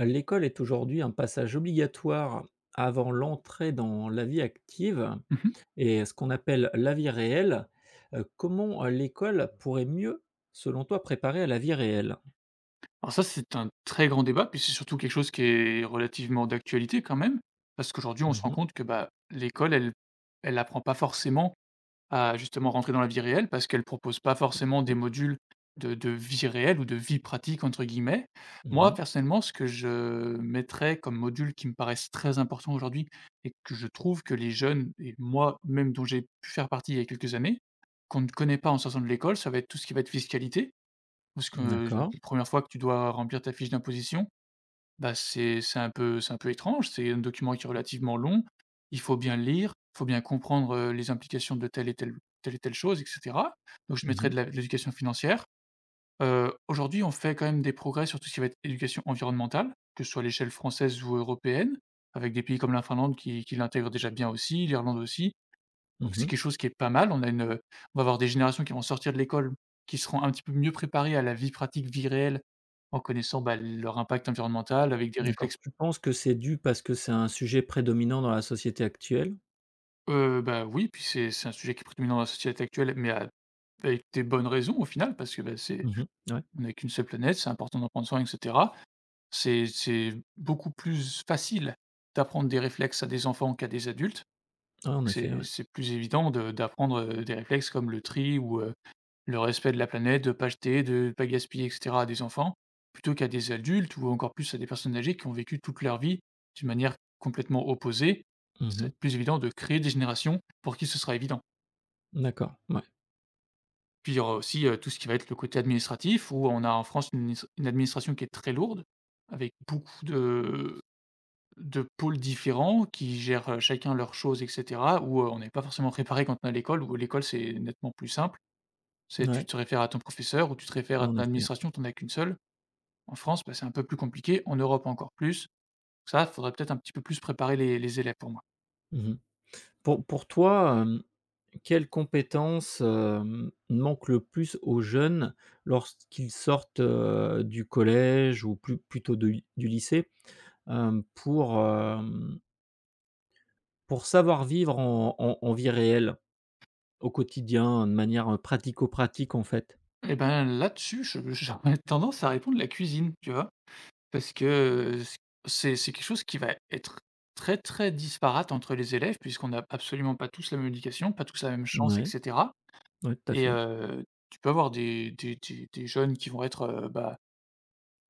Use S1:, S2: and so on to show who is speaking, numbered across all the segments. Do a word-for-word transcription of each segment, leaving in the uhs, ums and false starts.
S1: L'école est aujourd'hui un passage obligatoire avant l'entrée dans la vie active
S2: Mmh.
S1: et ce qu'on appelle la vie réelle. Heu, comment, heu, l'école pourrait mieux, selon toi, préparer à la vie réelle?
S2: Alors ça, c'est un très grand débat, puis c'est surtout quelque chose qui est relativement d'actualité quand même, parce qu'aujourd'hui, on
S1: Mmh
S2: se rend
S1: mh.
S2: compte que, bah, l'école, elle elle apprend pas forcément à justement rentrer dans la vie réelle, parce qu'elle propose pas forcément des
S1: C'est
S2: modules de de vie réelle ou de vie «pratique» entre guillemets. Moi,
S1: mmh
S2: personnellement, ce que je mettrais comme module qui me paraissent très importants aujourd'hui et que je trouve que les jeunes et moi-même dont j'ai pu faire partie il y a quelques années, qu'on ne connaît pas en sortant de l'école, ça va être tout ce qui va être fiscalité. Parce que
S1: D'accord.
S2: les premières fois que tu dois remplir ta fiche d'imposition, bah, c'est c'est un peu c'est un peu étrange, c'est un document qui est relativement long, il faut bien le lire, il faut bien comprendre, heu, les implications de telle et telle telle et telle chose et cetera. Donc je
S1: Mmh
S2: mettrai
S1: mh.
S2: de la de l'éducation financière. Heu, aujourd'hui, on fait quand même des progrès sur tout ce qui va être éducation environnementale, que ce soit à l'échelle française ou européenne, avec des pays comme la Finlande qui qui l'intègrent déjà bien aussi, l'Irlande aussi. Donc c'est
S1: Mmh.
S2: quelque chose qui est pas mal. On a une, on va avoir des générations qui vont sortir de l'école, qui seront un petit peu mieux préparées à la vie pratique, vie réelle, en connaissant, bah, leur impact environnemental avec des
S1: D'accord.
S2: réflexes.
S1: Tu penses que c'est dû parce que c'est un sujet prédominant dans la société actuelle?
S2: Heu, bah, oui, puis c'est c'est un sujet qui est prédominant dans la société actuelle, mais a avec des bonnes raisons au final parce que, bah, c'est
S1: Mmh. Ouais.
S2: on n'a qu'une seule planète, c'est important d'en prendre soin et cetera. C'est c'est beaucoup plus facile d'apprendre des réflexes à des enfants qu'à des adultes.
S1: Ouais, en
S2: Donc
S1: effet,
S2: c'est
S1: ouais.
S2: c'est plus évident de d'apprendre, heu, des réflexes comme le tri ou heu Le respect de la planète, de pas jeter, de pas gaspiller, et cetera, à des enfants, plutôt qu'à des adultes ou encore plus à des personnes âgées qui ont vécu toute leur vie d'une manière complètement opposée. Ça va
S1: Mmh.
S2: être plus évident de créer des générations pour qui ce sera évident.
S1: D'accord. Ouais.
S2: Puis il y aura aussi, heu, tout ce qui va être le côté administratif où on a en France une minis une administration qui est très lourde, avec beaucoup de de pôles différents qui gèrent, heu, chacun leurs choses et cetera, où, heu, on n'est pas forcément préparé quand on est à l'école, où l'école c'est nettement plus simple. C'est tu
S1: Ouais.
S2: te réfères à ton professeur ou tu te réfères
S1: Ouais,
S2: à
S1: en
S2: ton
S1: effet.
S2: administration, tu en as qu'une seule. En France, bah, c'est un peu plus compliqué, en Europe encore plus. Ça, il faudrait peut-être un petit peu plus préparer les les élèves pour moi.
S1: Mmh. Pour pour toi, quelles compétences, hem, manquent le plus aux jeunes lorsqu'ils sortent, heu, du collège ou plus plutôt de du lycée, hem, pour, hem, pour savoir vivre en en en vie réelle, au quotidien, de manière, heu, pratico-pratique, en fait?
S2: Et ben, là-dessus, je j'aurais tendance à répondre la cuisine, tu vois? Parce que, heu, c'est c'est quelque chose qui va être très, très disparate entre les élèves puisqu'on n'a absolument pas tous la même éducation, pas tous la même chance et
S1: Mouais,
S2: cetera
S1: ouais, tout à
S2: et
S1: fait.
S2: heu, tu peux avoir des des des des jeunes qui vont être, heu, bah,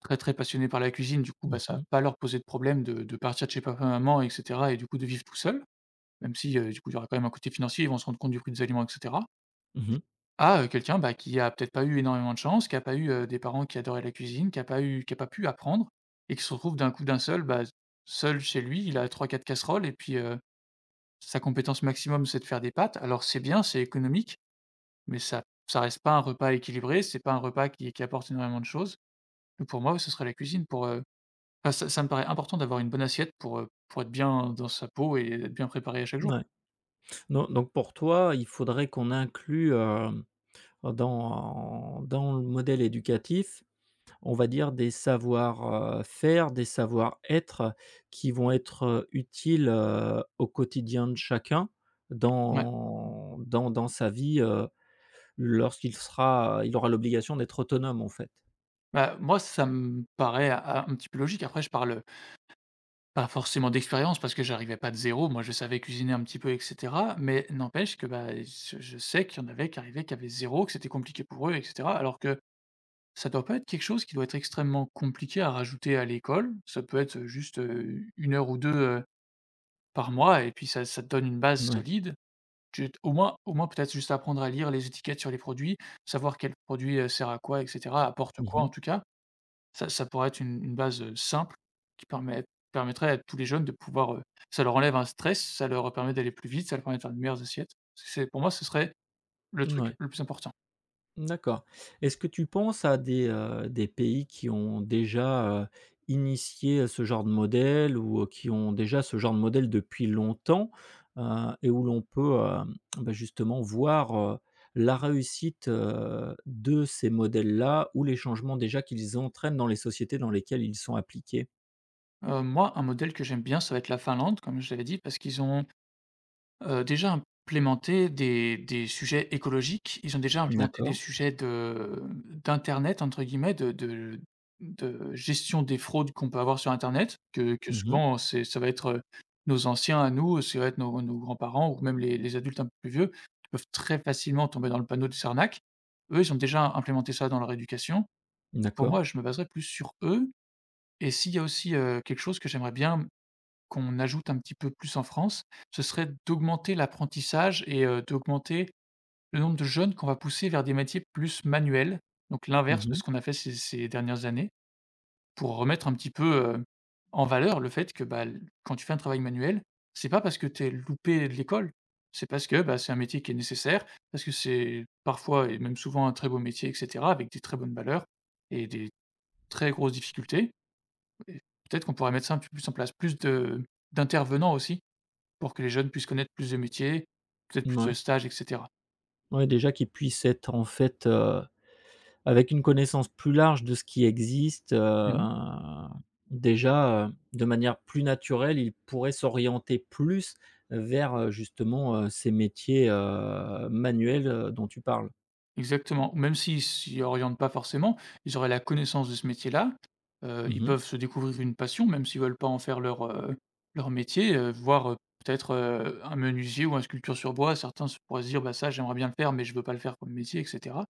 S2: très, très passionnés par la cuisine, du coup,
S1: Mmh
S2: bah, ça va
S1: mh.
S2: pas leur poser de problème de de partir de chez papa, maman et cetera et du coup de vivre tout seul. Même si, heu, du coup, il y aura quand même un côté financier, ils vont se rendre compte du prix des aliments et cetera.
S1: Mmh.
S2: À, heu, quelqu'un, bah, qui a peut-être pas eu énormément de chance, qui a pas eu, heu, des parents qui adoraient la cuisine, qui a pas eu qui a pas pu apprendre et qui se retrouve d'un coup d'un seul, bah, seul chez lui, il a trois, quatre casseroles et puis, heu, sa compétence maximum, c'est de faire des pâtes. Alors c'est bien, c'est économique, mais ça ça reste pas un repas équilibré, c'est pas un repas qui qui apporte énormément de choses. Donc pour moi, ouais, ce serait la cuisine pour, heu Enfin, ça ça me paraît important d'avoir une bonne assiette pour, heu, pour être bien dans sa peau et être bien préparé à chaque jour.
S1: Ouais. Non, donc pour toi, il faudrait qu'on inclue, hem, dans dans le modèle éducatif, on va dire des savoir faire, des savoir-être qui vont être, heu, utiles, heu, au quotidien de chacun
S2: Ouais.
S1: dans dans dans sa vie, heu, lorsqu'il sera il aura l'obligation d'être autonome en fait.
S2: Bah, moi, ça me paraît, a un petit peu logique. Après, je parle, pas forcément d'expérience parce que j'arrivais pas de zéro. Moi, je savais cuisiner un petit peu et cetera, mais n'empêche que, bah, je je sais qu'il y en avait qui arrivaient, qui avaient zéro, que c'était compliqué pour eux et cetera. Alors que ça doit pas être quelque chose qui doit être extrêmement compliqué à rajouter à l'école. Ça peut être, juste, heu, une heure ou deux heu, par mois et puis ça ça te donne une base
S1: Ouais.
S2: solide. Tu au moins au moins peut-être juste apprendre à lire les étiquettes sur les produits, savoir quel produit, heu, sert à quoi et cetera, apporte
S1: Mmh
S2: quoi en
S1: mh.
S2: tout cas. Ça ça pourrait être une une base, heu, simple qui permet permettrait à tous les jeunes de pouvoir, heu, ça leur enlève un stress, ça leur permet d'aller plus vite, ça leur permet de faire de meilleures assiettes. C'est pour moi, ce serait le truc le plus important.
S1: D'accord. Est-ce que tu penses à des, heu, des pays qui ont déjà, heu, initié euh, ce genre de modèle ou, heu, qui ont déjà ce genre de modèle depuis longtemps, heu, et où l'on peut, hem, bah, justement voir, heu, la réussite, heu, de ces modèles-là ou les changements déjà qu'ils entraînent dans les sociétés dans lesquelles ils sont appliqués?
S2: Heu, moi, un modèle que j'aime bien, ça va être la Finlande, comme je l'avais dit, parce qu'ils ont Heu, déjà implémenter des des sujets écologiques. Ils ont déjà implémenté des
S1: D'accord.
S2: sujets de d'internet entre guillemets, de de de gestion des fraudes qu'on peut avoir sur internet, que que
S1: Mmh.
S2: souvent c'est ça va être, euh, nos anciens à nous, ça va être nos nos grands-parents ou même les les adultes un peu plus vieux, qui peuvent très facilement tomber dans le panneau des arnaques. Eux, ils ont déjà implémenté ça dans leur éducation. Pour
S1: D'accord.
S2: moi, je me baserais plus sur eux et s'il y a aussi, heu, quelque chose que j'aimerais bien qu'on ajoute un petit peu plus en France, ce serait d'augmenter l'apprentissage et heu, d'augmenter le nombre de jeunes qu'on va pousser vers des métiers plus manuels, donc
S1: Mmh
S2: l'inverse de
S1: mh.
S2: ce qu'on a fait ces ces dernières années, pour remettre un petit peu, heu, en valeur le fait que, bah, l quand tu fais un travail manuel, c'est pas parce que tu es loupé de l'école, c'est parce que, bah, c'est un métier qui est nécessaire, parce que c'est parfois et même souvent un très beau métier et cetera, avec des très bonnes valeurs et des très grosses difficultés et peut-être qu'on pourrait mettre ça un petit peu plus en place, plus de d'intervenants aussi. Pour que les jeunes puissent connaître plus de métiers, peut-être plus de stages et cetera.
S1: Ouais, Ouais, déjà qu'ils puissent être en fait, euh, avec une connaissance plus large de ce qui existe, heu,
S2: Mmh mh.
S1: déjà, heu, de manière plus naturelle, il pourrait s'orienter plus vers, heu, justement, heu, ces métiers, heu, manuels, heu, dont tu parles.
S2: Exactement, même s'ils s'y orientent pas forcément, ils auraient la connaissance de ce métier-là, heu,
S1: Mmh
S2: ils
S1: mh.
S2: peuvent se découvrir une passion même s'ils veulent pas en faire leur, heu, leur métier, heu, voir, heu, peut-être, heu, un menuisier ou un sculpteur sur bois. Certains se pourraient se dire: «Bah, ça j'aimerais bien le faire, mais je veux pas le faire comme métier» et cetera.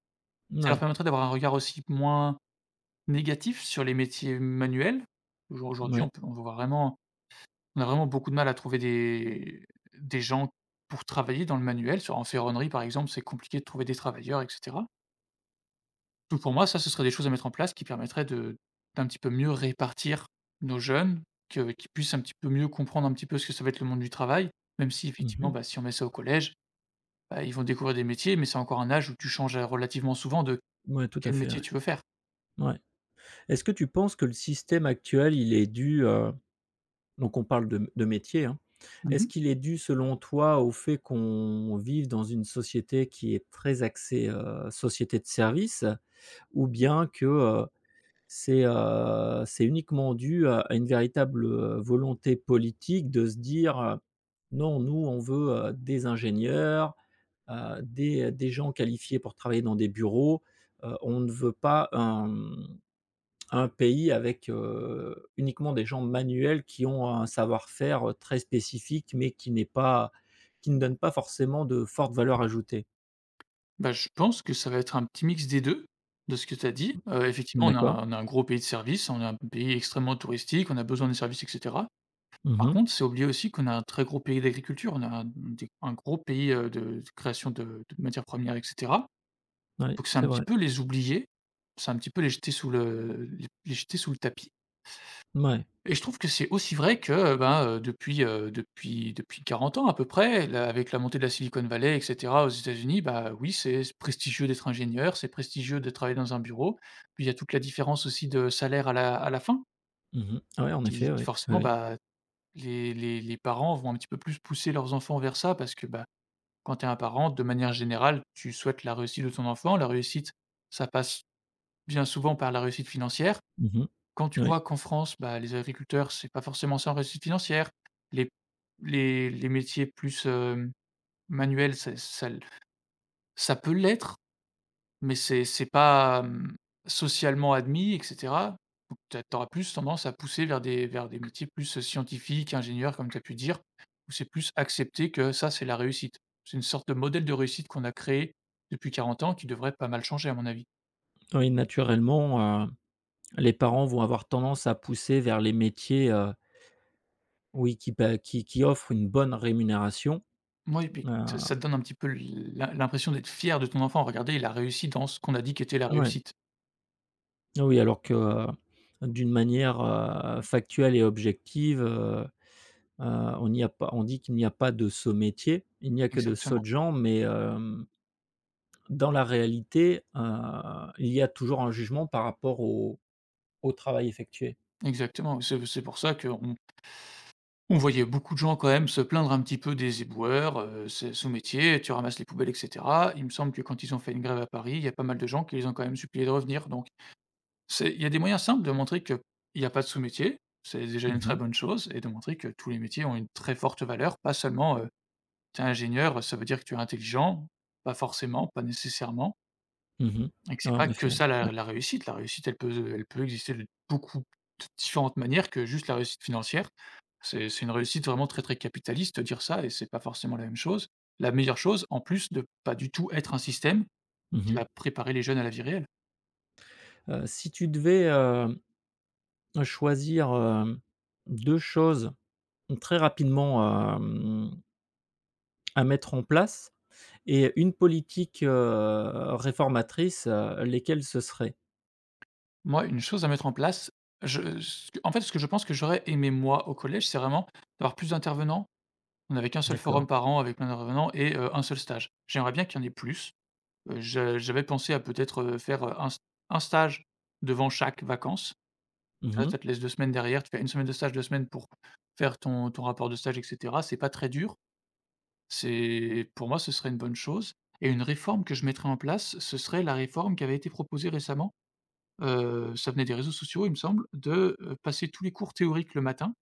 S2: Ça leur
S1: Mouais,
S2: permettrait d'avoir un regard aussi moins négatif sur les métiers manuels. Aujourd'hui,
S1: mouais.
S2: on peut on voit vraiment. On a vraiment beaucoup de mal à trouver des des gens pour travailler dans le manuel. Sur En ferronnerie, par exemple, c'est compliqué de trouver des travailleurs et cetera. Donc pour moi, ça, ce serait des choses à mettre en place qui permettraient de d'un petit peu mieux répartir nos jeunes, que qu'ils puissent un petit peu mieux comprendre un petit peu ce que ça va être le monde du travail, même si effectivement,
S1: Mmh.
S2: bah, si on met ça au collège, bah, ils vont découvrir des métiers, mais c'est encore un âge où tu changes, heu, relativement souvent de
S1: Ouais, tout à
S2: quel
S1: fait,
S2: métier
S1: ouais.
S2: tu veux faire.
S1: Ouais. Est-ce que tu penses que le système actuel, il est dû, heu, donc on parle de m de métier, hein. Est-ce
S2: Mmh.
S1: qu'il est dû, selon toi, au fait qu'on vive dans une société qui est très axée, heu, société de services? Ou bien que, heu, c'est, heu, c'est uniquement dû à à une véritable, heu, volonté politique de se dire, heu: «Non, nous, on veut, heu, des ingénieurs, heu, des des gens qualifiés pour travailler dans des bureaux, heu, on ne veut pas un, mmh, un pays avec, heu, uniquement des gens manuels qui ont un savoir-faire, euh, très spécifique, mais qui n'est pas qui ne donne pas forcément de forte valeur ajoutée».
S2: Bah, je pense que ça va être un petit mix des deux de ce que tu as dit. Heu, effectivement, on
S1: D'accord.
S2: a on a un gros pays de services, on a un pays extrêmement touristique, on a besoin des services et cetera. Par
S1: Mmh.
S2: contre, c'est oublié aussi qu'on a un très gros pays d'agriculture, on a un des un gros pays, heu, de de création de de matières premières et cetera.
S1: Ouais,
S2: Donc c'est un
S1: c'est
S2: petit
S1: vrai.
S2: peu les oublier, c'est un petit peu les jeter sous le les les jeter sous le tapis.
S1: Mouais.
S2: Et je trouve que c'est aussi vrai que, euh, ben, heu, depuis, heu, depuis depuis quarante ans à peu près, la avec la montée de la Silicon Valley et cetera aux États-Unis, bah, oui, c'est c'est prestigieux d'être ingénieur, c'est prestigieux de travailler dans un bureau. Puis il y a toute la différence aussi de salaire à la à la fin
S1: Mmh. Ouais, en effet,
S2: qui qui
S1: oui. Oui,
S2: forcément,
S1: oui.
S2: bah, les les les parents vont un petit peu plus pousser leurs enfants vers ça parce que, bah, quand tu es un parent, de manière générale, tu souhaites la réussite de ton enfant. La réussite, ça passe bien souvent par la réussite financière.
S1: Mmh.
S2: Quand tu
S1: Oui,
S2: vois qu'en France, bah, les agriculteurs, c'est pas forcément ça en réussite financière, les les les métiers plus, hem, manuels, c'est ça l ça peut l'être, mais c'est c'est pas, hem, socialement admis et cetera. Tu auras plus tendance à pousser vers des vers des métiers plus scientifiques, ingénieurs, comme tu as pu dire, où c'est plus accepté que ça, c'est la réussite. C'est une sorte de modèle de réussite qu'on a créé depuis quarante ans qui devrait pas mal changer à mon avis.
S1: oui, naturellement, heu, les parents vont avoir tendance à pousser vers les métiers, heu, oui, qui pa qui qui offrent une bonne rémunération,
S2: Mouais, et puis ça
S1: heu,
S2: ça te donne un petit peu l'im l'impression d'être fier de ton enfant. «Regardez, il a réussi dans ce qu'on a dit qu'était la
S1: ouais,
S2: réussite».
S1: oui, alors que, heu, d'une manière, heu, factuelle et objective, heu heu, on n'y a pas on dit qu'il n'y a pas de ce métier, il n'y a que de sots
S2: Exactement,
S1: gens, mais hem, dans la réalité, heu, il y a toujours un jugement par rapport au au travail effectué?
S2: exactement. C'est c'est pour ça qu'on on voyait beaucoup de gens quand même se plaindre un petit peu des éboueurs, heu, c'est son métier, tu ramasses les poubelles et cetera. Il me semble que quand ils ont fait une grève à Paris, il y a pas mal de gens qui les ont quand même suppliés de revenir. Donc c'est, il y a des moyens simples de montrer qu'il n'y a pas de sous-métier, c'est déjà une
S1: Mmh
S2: très
S1: mh.
S2: bonne chose, et de montrer que tous les métiers ont une très forte valeur, pas seulement, heu, tu es ingénieur, ça veut dire que tu es intelligent, pas forcément, pas nécessairement.
S1: Mmh mh.
S2: Et que c'est
S1: Ouais, en
S2: pas que
S1: effet,
S2: ça
S1: ouais.
S2: la la réussite. La réussite, elle peut, elle peut exister de beaucoup de différentes manières que juste la réussite financière. C'est c'est une réussite vraiment très, très capitaliste, de dire ça, et c'est pas forcément la même chose. La meilleure chose, en plus de pas du tout être un système
S1: Mmh
S2: qui
S1: mh.
S2: va préparer les jeunes à la vie réelle.
S1: Heu, si tu devais, hem, choisir, hem, deux choses très rapidement, hem, à mettre en place Et une politique, heu, réformatrice, heu, lesquelles ce serait?
S2: Moi, une chose à mettre en place, je ce que- en fait, ce que je pense que j'aurais aimé moi au collège, c'est vraiment d'avoir plus d'intervenants. On avait qu'un seul forum
S1: D'accord.
S2: par an avec plein d'intervenants et heu, un seul stage. J'aimerais bien qu'il y en ait plus. Heu, je j'avais pensé à peut-être, heu, faire, heu, un st un stage devant chaque vacances. Ça,
S1: Mmh.
S2: ça te laisse deux semaines derrière, tu fais une semaine de stage, deux semaines pour faire ton ton rapport de stage et cetera. C'est pas très dur, c'est pour moi, ce serait une bonne chose. Et une réforme que je mettrais en place, ce serait la réforme qui avait été proposée récemment, heu, ça venait des réseaux sociaux, il me semble, de, heu, passer tous les cours théoriques le matin,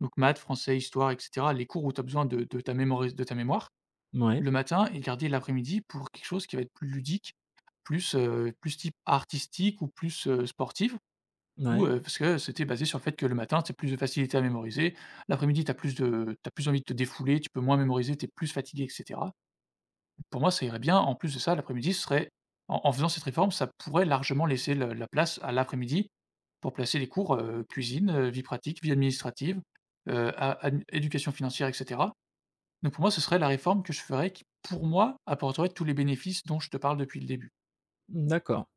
S2: donc maths, français, histoire et cetera, les cours où tu as besoin de de ta mémoriz de ta mémoire
S1: Ouais,
S2: le matin, et garder l'après-midi pour quelque chose qui va être plus ludique, plus, heu, plus type artistique ou plus, heu, sportif ou,
S1: ouais.
S2: heu, parce que c'était basé sur le fait que le matin, tu as plus de facilité à mémoriser, l'après-midi, tu as plus de t'as plus envie de te défouler, tu peux moins mémoriser, tu es plus fatigué et cetera. Pour moi, ça irait bien. En plus de ça, l'après-midi serait, en en faisant cette réforme, ça pourrait largement laisser le la place à l'après-midi pour placer les cours, heu, cuisine, heu, vie pratique, vie administrative, heu, a adm éducation financière et cetera. Donc pour moi, ce serait la réforme que je ferais qui, pour moi, apporterait tous les bénéfices dont je te parle depuis le début.
S1: D'accord.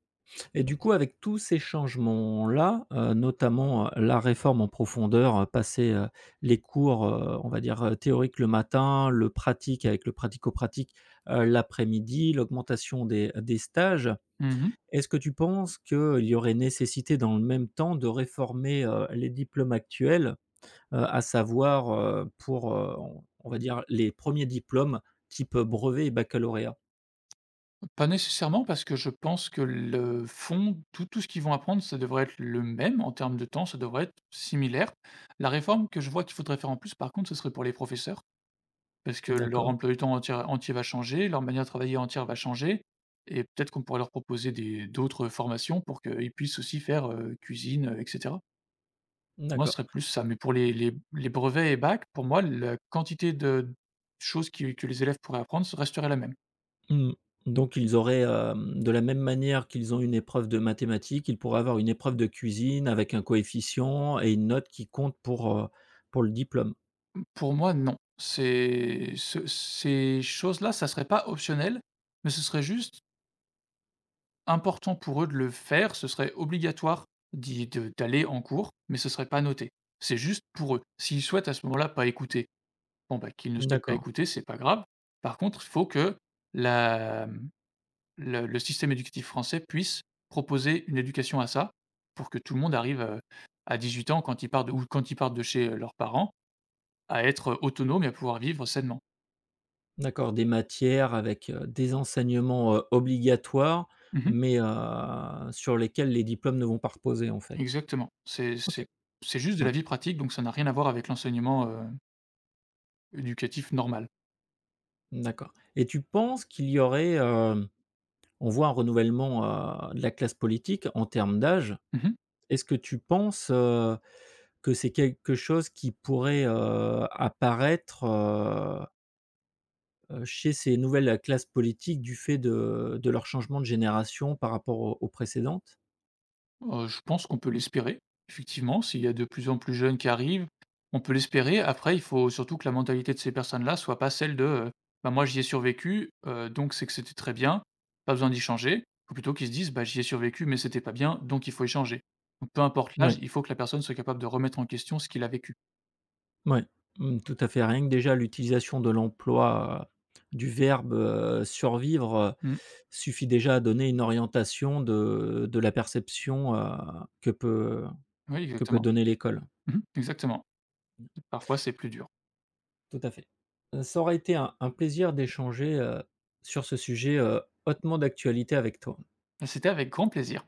S1: Et du coup, avec tous ces changements-là, heu, notamment, heu, la réforme en profondeur, heu, passer, heu, les cours, heu, on va dire, heu, théoriques le matin, le pratique avec le pratico-pratique, heu, l'après-midi, l'augmentation des des stages.
S2: Mmh.
S1: Est-ce que tu penses qu'il y aurait nécessité dans le même temps de réformer, heu, les diplômes actuels? heu, à savoir, heu, pour, heu, on on va dire les premiers diplômes type brevet et baccalauréat.
S2: Pas nécessairement, parce que je pense que le fond, tout tout ce qu'ils vont apprendre, ça devrait être le même en termes de temps, ça devrait être similaire. La réforme que je vois qu'il faudrait faire en plus, par contre, ce serait pour les professeurs, parce que leur
S1: D'accord,
S2: emploi du temps entier entier va changer, leur manière de travailler entière va changer, et peut-être qu'on pourrait leur proposer des d'autres formations pour qu'ils puissent aussi faire, heu, cuisine, heu et cetera. Moi, ce
S1: d'accord.
S2: serait plus ça, mais pour les les les brevets et bac, pour moi, la quantité de choses qui que les élèves pourraient apprendre resterait la même.
S1: Mmh. Donc ils auraient, hem, de la même manière qu'ils ont une épreuve de mathématiques, ils pourraient avoir une épreuve de cuisine avec un coefficient et une note qui compte pour, heu, pour le diplôme.
S2: Pour moi, non. C'est ce ces choses-là, ça serait pas optionnel, mais ce serait juste important pour eux de le faire, ce serait obligatoire d'y de d'aller en cours, mais ce serait pas noté. C'est juste pour eux. S'ils souhaitent à ce moment-là pas écouter, bon, bah, qu'ils ne souhaitent pas
S1: D'accord,
S2: écouter, c'est pas grave. Par contre, il faut que la le le système éducatif français puisse proposer une éducation à ça, pour que tout le monde arrive, heu, à dix-huit ans quand ils partent de- ou quand ils partent de chez, heu, leurs parents, à être, heu, autonomes et à pouvoir vivre sainement.
S1: d'accord. Des matières avec, heu, des enseignements, heu, obligatoires,
S2: Mmh.
S1: mais, heu, sur lesquels les diplômes ne vont pas reposer en fait?
S2: Exactement. C'est
S1: OK,
S2: c'est c'est juste de
S1: ouais,
S2: la vie pratique, donc ça n'a rien à voir avec l'enseignement, heu, éducatif normal.
S1: d'accord. Et tu penses qu'il y aurait, hem On voit un renouvellement, heu, de la classe politique en termes d'âge.
S2: Mmh.
S1: Est-ce que tu penses, heu, que c'est quelque chose qui pourrait, heu, apparaître, heu heu, chez ces nouvelles classes politiques du fait de de leur changement de génération par rapport aux aux précédentes?
S2: Heu, je pense qu'on peut l'espérer, effectivement, s'il y a de plus en plus jeunes qui arrivent, on peut l'espérer. Après, il faut surtout que la mentalité de ces personnes-là soit pas celle de, heu: «Bah, moi, j'y ai survécu, heu, donc c'est que c'était très bien, pas besoin d'y changer». Faut plutôt qu'ils se disent: «Bah, j'y ai survécu, mais c'était pas bien, donc il faut y changer». Donc peu importe
S1: Mmh. Oui.
S2: l'âge, il faut que la personne soit capable de remettre en question ce qu'il a vécu.
S1: Mouais, mmh, tout à fait. Rien que déjà l'utilisation de l'emploi, heu, du verbe, heu, survivre, heu,
S2: Mmh.
S1: suffit déjà à donner une orientation de de la perception, heu, que peut
S2: Oui,
S1: que peut
S2: exactement.
S1: donner l'école.
S2: Mmh, exactement. Parfois, c'est plus dur.
S1: Tout à fait. Heu, ça aurait été un un plaisir d'échanger, heu, sur ce sujet, heu, hautement d'actualité avec toi.
S2: Bah, c'était avec grand plaisir.